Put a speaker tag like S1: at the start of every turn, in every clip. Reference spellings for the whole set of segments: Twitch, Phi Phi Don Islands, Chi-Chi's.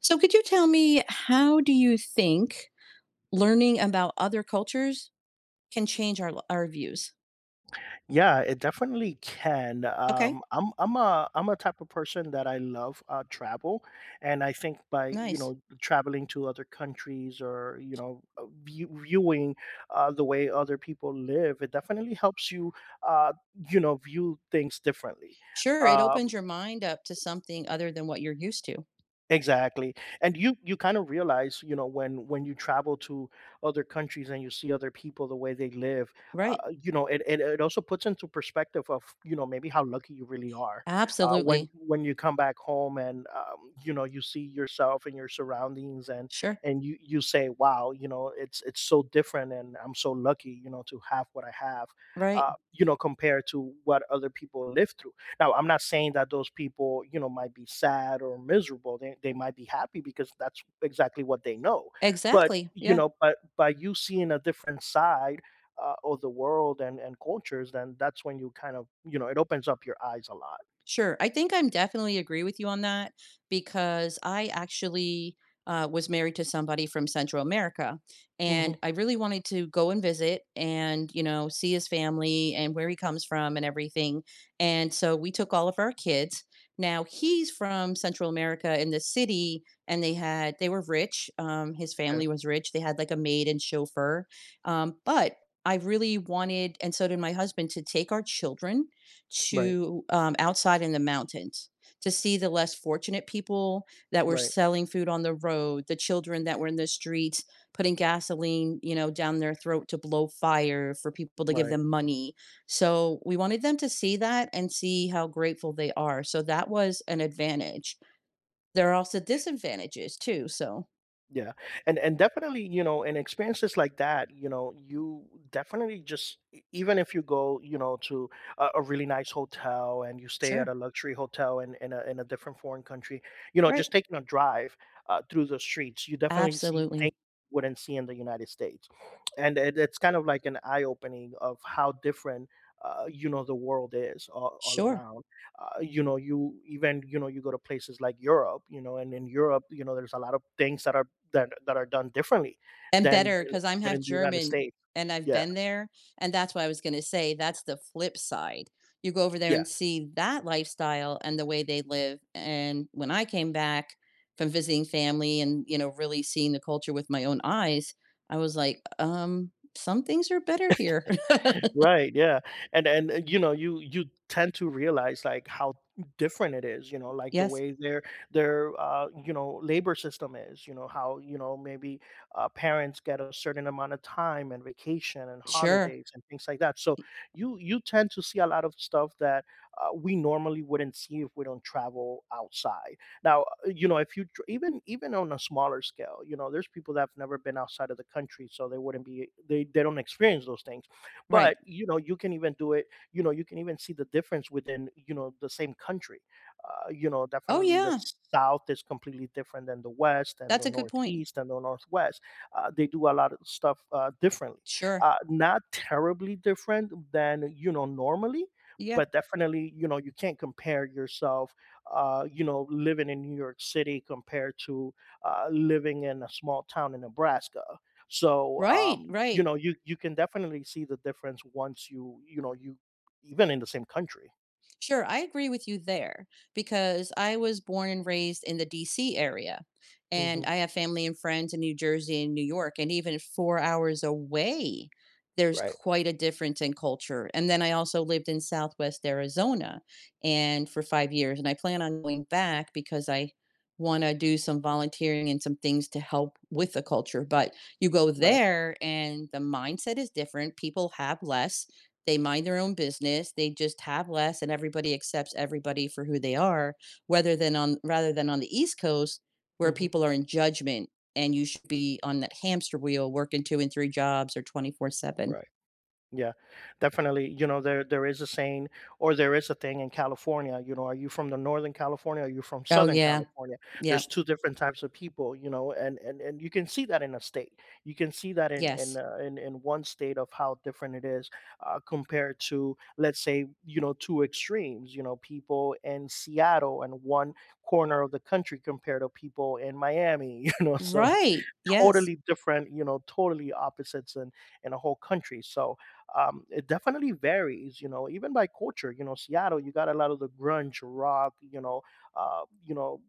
S1: So could you tell me, how do you think learning about other cultures can change our views?
S2: Yeah, it definitely can.
S1: Okay.
S2: I'm a type of person that I love travel, and I think by
S1: Nice.
S2: traveling to other countries or viewing the way other people live. It definitely helps you uh, you know view things differently.
S1: Sure, it
S2: Um,
S1: opens your mind up to something other than what you're used to.
S2: Exactly. And you kind of realize, you know, when you travel to other countries and you see other people the way they live.
S1: Right.
S2: You know, it also puts into perspective of, you know, maybe how lucky you really are. Uh, when
S1: Absolutely.
S2: when you come back home and you know, you see yourself and your surroundings,
S1: Sure.
S2: and you say, wow, you know, it's so different and I'm so lucky, you know, to have what I have.
S1: Right.
S2: You know, compared to what other people live through now. I'm not saying that those people, you know, might be sad or miserable. They might be happy because that's exactly what they know. But,
S1: Exactly.
S2: you
S1: Yeah.
S2: know, but by you seeing a different side of the world and cultures, then that's when you kind of, you know, it opens up your eyes a lot.
S1: Sure. I think I'm definitely agree with you on that because I actually was married to somebody from Central America, and
S2: Hmm.
S1: I really wanted to go and visit and, you know, see his family and where he comes from and everything. And so we took all of our kids. Now, he's from Central America in the city and they had, they were rich. His
S2: Okay.
S1: family was rich. They had like a maid and chauffeur. But I really wanted, and so did my husband, to take our children
S2: Right.
S1: to, outside in the mountains, to see the less fortunate people that were
S2: Right.
S1: selling food on the road, the children that were in the streets putting gasoline, you know, down their throat to blow fire for people to give
S2: Right.
S1: them money. So we wanted them to see that and see how grateful they are. So that was an advantage. There are also disadvantages too. So
S2: Yeah. And definitely, you know, and experiences like that, you know, you definitely just even if you go, you know, to a really nice hotel and you stay at a
S1: sure.
S2: luxury hotel in a different foreign country, you know,
S1: Right.
S2: just taking a drive through the streets. You definitely see things
S1: Absolutely.
S2: you wouldn't see in the United States. And it's kind of like an eye opening of how different you know the world is, all
S1: Sure.
S2: around. You know you go to places like Europe, you know, and in Europe, you know, there's a lot of things that are that are done differently
S1: And
S2: than
S1: better
S2: than
S1: because I'm
S2: than
S1: half
S2: in the United
S1: German,
S2: States.
S1: and I've
S2: Yeah,
S1: been there, and that's what I was gonna say, that's the flip side. You go over there
S2: yeah.
S1: and see that lifestyle and the way they live, and when I came back from visiting family and, you know, really seeing the culture with my own eyes, I was like, " some things are better here."
S2: Right, yeah. And you know, you tend to realize like how different it is, you know, like the
S1: Yes.
S2: way their you know, labor system is, you know, how, you know, maybe parents get a certain amount of time and vacation and
S1: Sure.
S2: holidays and things like that. So you tend to see a lot of stuff that we normally wouldn't see if we don't travel outside. Now, you know, if you tr- even even on a smaller scale, you know, there's people that have never been outside of the country, so they wouldn't be they don't experience those things, but
S1: Right.
S2: you know, you can even do it. You know, you can even see the difference within, you know, the same country. You know,
S1: Oh,
S2: definitely the
S1: yeah.
S2: South is completely different than the West and the
S1: That's a good point.
S2: Northeast and the Northwest. They do a lot of stuff differently.
S1: Sure.
S2: Not terribly different than, you know, normally.
S1: Yeah.
S2: But definitely, you know, you can't compare yourself, you know, living in New York City compared to living in a small town in Nebraska. So
S1: Right,
S2: you
S1: right.
S2: know, you can definitely see the difference once you, you know, you even in the same country.
S1: Sure, I agree with you there because I was born and raised in the DC area. And
S2: Hmm.
S1: I have family and friends in New Jersey and New York. And even 4 hours away, there's
S2: Right.
S1: quite a difference in culture. And then I also lived in Southwest Arizona and for 5 years. And I plan on going back because I want to do some volunteering and some things to help with the culture. But you go
S2: Right.
S1: there and the mindset is different. People have less, they mind their own business, they just have less and everybody accepts everybody for who they are, whether than on rather than on the East Coast, where
S2: Hmm.
S1: people are in judgment and you should be on that hamster wheel working 2 and 3 jobs or 24/7.
S2: Right. Yeah, definitely. You know, there is a saying or there is a thing in California. You know, are you from the Northern California? Are you from
S1: Oh,
S2: Southern
S1: yeah.
S2: California?
S1: Yeah.
S2: There's two different types of people, you know, and you can see that in a state. You can see that in in,
S1: Yes.
S2: uh, in in one state of how different it is compared to, let's say, you know, two extremes. You know, people in Seattle and one corner of the country compared to people in Miami, you know, so it's
S1: Right. Yes.
S2: totally different, you know, totally opposites in a whole country. So it definitely varies, you know, even by culture. You know, Seattle, you got a lot of the grunge rock, you know, uh, you know,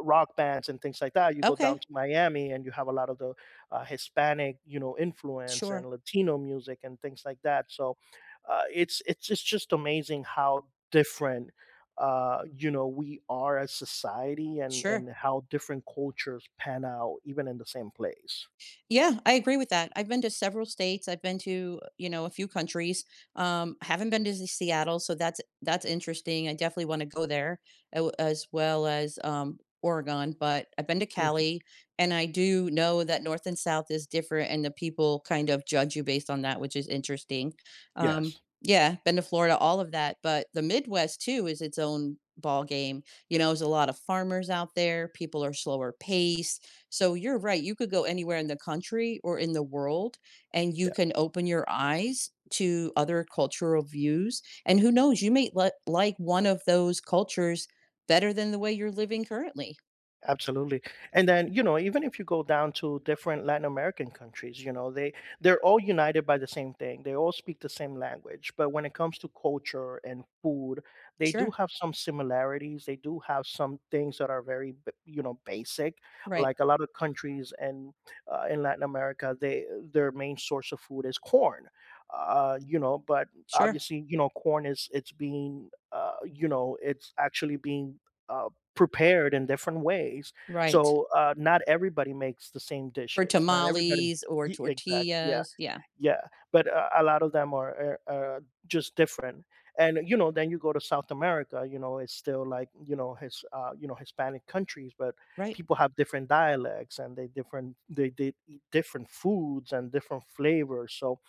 S2: rock bands and things like that. You go down
S1: Okay.
S2: to Miami and you have a lot of the Hispanic, you know, influence and
S1: Sure.
S2: Latino music and things like that. So it's just amazing how different you know we are as society, and
S1: Sure.
S2: how different cultures pan out even in the same place.
S1: Yeah, I agree with that. I've been to several states. I've been to, you know, a few countries. Haven't been to the Seattle, so that's interesting. I definitely want to go there as well as Oregon. But I've been to
S2: Mhm.
S1: Cali, and I do know that North and South is different, and the people kind of judge you based on that, which is interesting. Um,
S2: Yes.
S1: yeah, been to Florida, all of that, but the Midwest too is its own ball game. You know, there's a lot of farmers out there. People are slower paced, so you're right, you could go anywhere in the country or in the world, and you
S2: Yeah.
S1: can open your eyes to other cultural views, and who knows, you may li like one of those cultures better than the way you're living currently.
S2: Absolutely. And then, you know, even if you go down to different Latin American countries, you know, they they're all united by the same thing. They all speak the same language, but when it comes to culture and food, they do
S1: Sure,
S2: have some similarities. They do have some things that are you know, basic.
S1: right,
S2: Like a lot of countries and in Latin America, they their main source of food is corn. You know, but
S1: sure,
S2: obviously, you know, corn is it's being you know, it's actually being uh, prepared in different ways.
S1: right,
S2: So not everybody makes the same
S1: or
S2: dishes. Not everybody
S1: tamales or
S2: Y exact yeah,
S1: tortillas, yeah,
S2: yeah, but a lot of them are just different. And, you know, then you go to South America, you know, it's still like, you know, his you know, Hispanic countries, but
S1: right,
S2: people have different dialects and they different they eat different foods and different flavors. So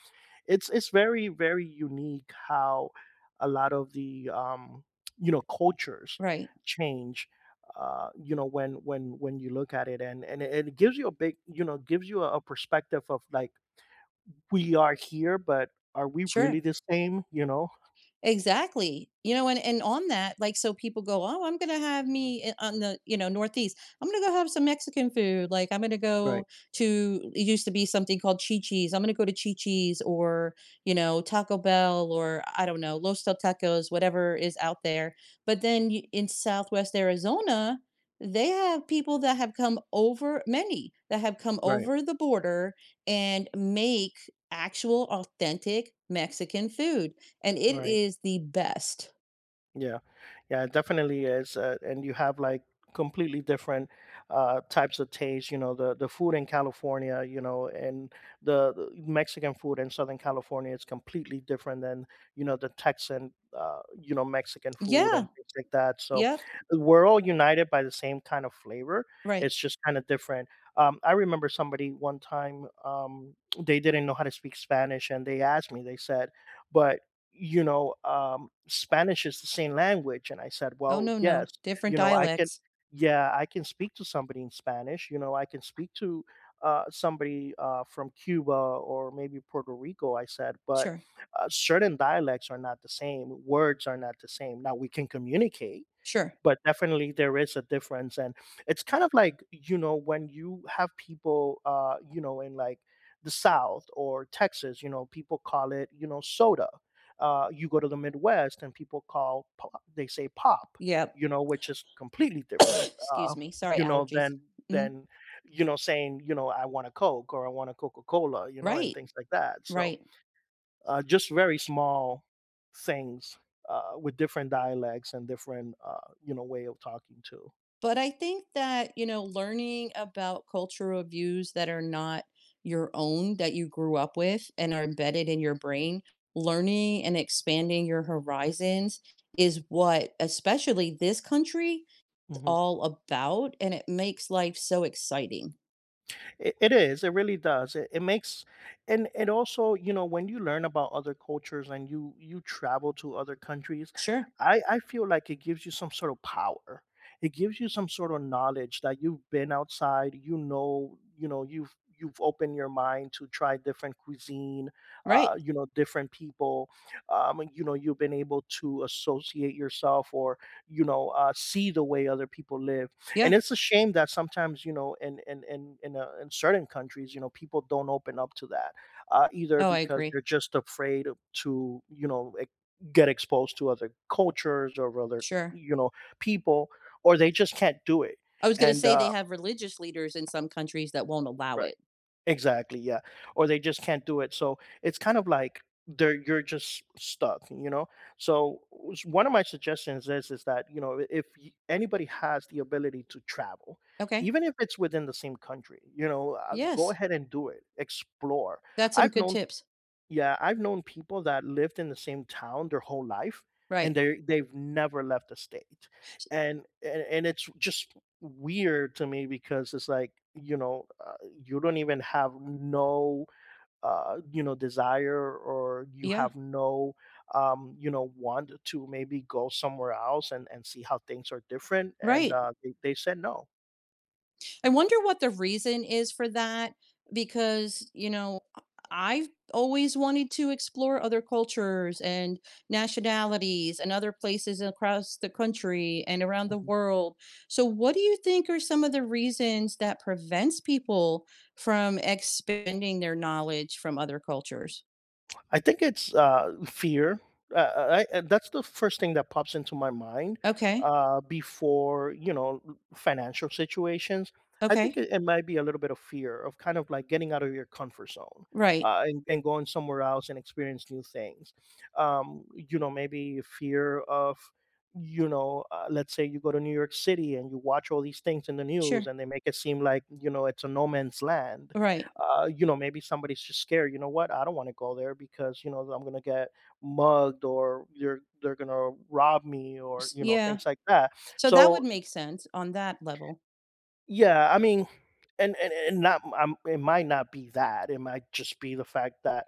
S2: it's very, very unique how a lot of the, you know, cultures
S1: right,
S2: change, you know, when you look at it, and it gives you a big, you know, gives you a perspective of like, "We are here, but are we really
S1: sure.
S2: the same?" You know?
S1: Exactly. You know, and on that, like, so people go, "Oh, I'm gonna have me I on the, you know, Northeast. I'm gonna go have some Mexican food. Like, I'm gonna
S2: Right,
S1: go to" it used to be something called Chi-Chi's. "I'm gonna go to Chi-Chi's or, you know, Taco Bell or, I don't know, Los Tacos," whatever is out there. But then you in Southwest Arizona, they have people that have come over, many that have come
S2: right,
S1: over the border, and make actual authentic Mexican food. And it
S2: right.
S1: is the best.
S2: Yeah, yeah, it definitely is, and you have like completely different types of taste. You know, the food in California, you know, and the Mexican food in Southern California is completely different than, you know, the Texan, you know, Mexican food and
S1: Yeah,
S2: things like that. So
S1: yep,
S2: we're all united by the same kind of flavor.
S1: right.
S2: It's just kind of different. I remember somebody one time they didn't know how to speak Spanish, and they asked me. They said, "But you know, Spanish is the same language." And I said,
S1: Oh,
S2: "Well,
S1: no, no,
S2: yes,
S1: different
S2: you know, I can,
S1: dialects.
S2: yeah, I can speak to somebody in Spanish. You know, I can speak to somebody, from Cuba or maybe Puerto Rico." I said, "but
S1: Sure,
S2: certain dialects are not the same, words are not the same. Now we can communicate,
S1: sure,
S2: but definitely there is a difference." And it's kind of like, you know, when you have people, you know, in like the South or Texas, you know, people call it, you know, soda. You go to the Midwest and people call pop, they say pop,
S1: yep.
S2: you know, which is completely different.
S1: Excuse me, sorry,
S2: You know,
S1: allergies.
S2: than
S1: Mhm.
S2: than you know, saying, you know, I want a Coke or I want a Coca-Cola, you know, and
S1: Right,
S2: things like that. So
S1: right.
S2: just very small things with different dialects and different, you know, way of talking too.
S1: But I think that, you know, learning about cultural views that are not your own, that you grew up with and are embedded in your brain, learning and expanding your horizons is what, especially this country, is
S2: Mhm.
S1: all about. And it makes life so exciting.
S2: It is. It really does. It makes, and it also, you know, when you learn about other cultures and you travel to other countries,
S1: Sure.
S2: I feel like it gives you some sort of power. It gives you some sort of knowledge that you've been outside. You know, you've opened your mind to try different cuisine,
S1: Right.
S2: you know, different people. You know, you've been able to associate yourself or you know, see the way other people live. And
S1: Yeah.
S2: it's a shame that sometimes, you know, in certain countries, you know, people don't open up to that, either
S1: Oh, I
S2: because
S1: agree.
S2: they're just to, you know, get exposed to other cultures or other,
S1: Sure.
S2: you know, people, or they just can't do it.
S1: I was gonna
S2: And
S1: say they have religious leaders in some countries that won't allow
S2: Right.
S1: it.
S2: Exactly, yeah. Or they just can't do it. So it's kind of like they're you're just stuck, you know. So one of my suggestions is that, you know, if anybody has the ability to travel,
S1: Okay.
S2: even if it's within the same country, you know, go
S1: Yes.
S2: ahead and do it. Explore.
S1: That's some
S2: I've
S1: good
S2: known
S1: tips.
S2: yeah, I've known people that lived in the same town their whole life and
S1: Right.
S2: they they've never left the state.
S1: S.
S2: And it's just weird to me because it's like, you know, you don't even have no you know, desire, or you
S1: Yeah.
S2: have no you know, want to maybe go somewhere else and see how things are different. And
S1: Right.
S2: they said no.
S1: I wonder what the reason is for that because, you know, have always wanted to explore other cultures and nationalities and other places across the country and around the world. So what do you think are some of the reasons that prevents people from expanding their knowledge from other cultures?
S2: I think it's fear. That's the first thing that pops into my mind
S1: Okay.
S2: before, you know, financial situations. I think
S1: Okay.
S2: it might be a little bit of fear of kind of like getting out of your comfort zone
S1: Right.
S2: and going somewhere else and experience new things. Maybe fear of let's say you go to New York City and you watch all these things in the news
S1: Sure.
S2: and they make it seem like you know it's a no man's land
S1: Right.
S2: you know, maybe somebody's just scared. You know what? I don't want to go there because you know I'm gonna get mugged or they're gonna rob me or you know
S1: Yeah.
S2: things like that.
S1: So that
S2: So
S1: would make sense on that level.
S2: yeah, I mean, and not it might not be that. It might just be the fact that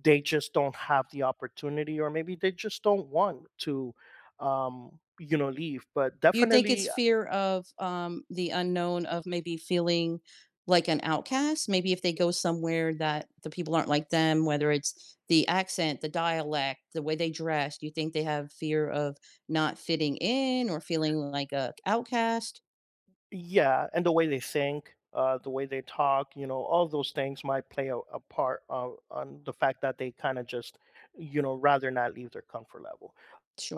S2: they just don't have the opportunity or maybe they just don't want to you know leave but
S1: You think it's
S2: definitely.
S1: fear of, the unknown, of maybe feeling like an outcast? Maybe if they go somewhere that the people aren't like them, whether it's the accent, the dialect, the way they dress, do you think they have fear of not fitting in or feeling like a outcast?
S2: Yeah, and the way they think, the way they talk, you know, all those things might play a part on the fact that they kind of just, you know, rather not leave their comfort level.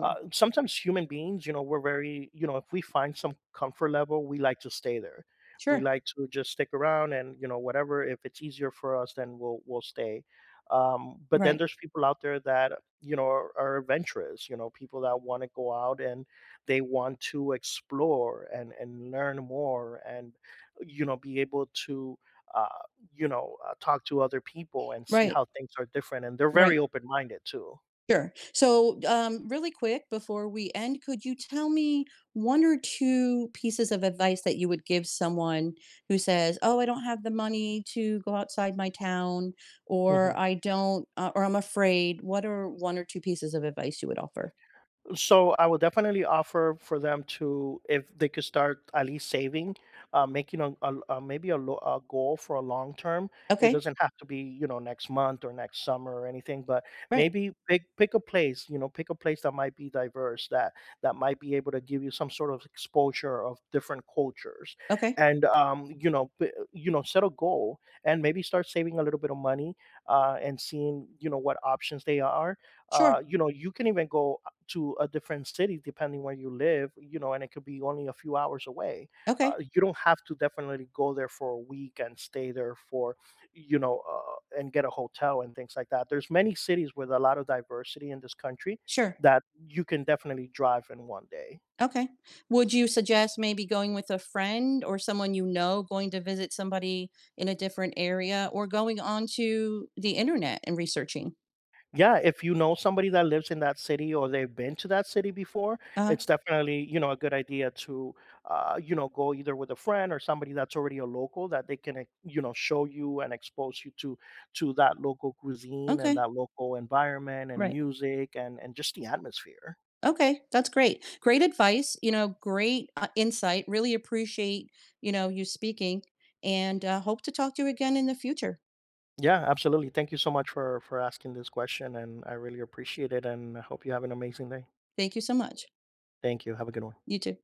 S2: Uh, sometimes human beings, you know, we're very, you know, if we find some comfort level, we like to stay there. We
S1: Sure.
S2: like to just stick around, and you know, whatever. If it's easier for us, then we'll stay. But then
S1: Right.
S2: there's people out there that you know are adventurous. You know, people that want to go out and they want to explore and learn more, and you know, be able to. Uh, Talk to other people and see
S1: Right.
S2: how things are different, and they're very
S1: Right.
S2: open-minded too.
S1: Sure. So, really quick before we end, could you tell me one or two pieces of advice that you would give someone who says, "Oh, I don't have the money to go outside my town,"
S2: Mm-hmm.
S1: or "I don't," or "I'm afraid." What are one or two pieces of advice you would offer?
S2: So I would definitely offer for them to, if they could start at least saving, making a goal for a long term. It
S1: Okay.
S2: doesn't have to be you know next month or next summer or anything, but
S1: Right.
S2: maybe pick a place. You know, pick a place that might be diverse that that might be able to give you some sort of exposure of different cultures,
S1: Okay.
S2: and you know you know set a goal and maybe start saving a little bit of money and seeing you know what options they are.
S1: Sure.
S2: You know, you can even go to a different city depending where you live you know and it could be only a few hours away.
S1: Okay.
S2: You don't have to definitely go there for a week and stay there for you know and get a hotel and things like that. There's many cities with a lot of diversity in this country
S1: Sure.
S2: that you can definitely drive in one day.
S1: Okay. Would you suggest maybe going with a friend or someone you know, going to visit somebody in a different area, or going onto the internet and researching?
S2: Yeah, if you know somebody that lives in that city or they've been to that city before,
S1: uh
S2: it's definitely, you know, a good idea to, you know, go either with a friend or somebody that's already a local that they can, you know, show you and expose you to that local cuisine and
S1: Okay.
S2: that local environment and
S1: Right.
S2: music and just the atmosphere.
S1: Okay, that's great. Great advice, you know, great, insight. Really appreciate, you know, you speaking and, hope to talk to you again in the future.
S2: Yeah, absolutely. Thank you so much for asking this question and I really appreciate it and I hope you have an amazing day.
S1: Thank you so much.
S2: Thank you. Have a good one.
S1: You too.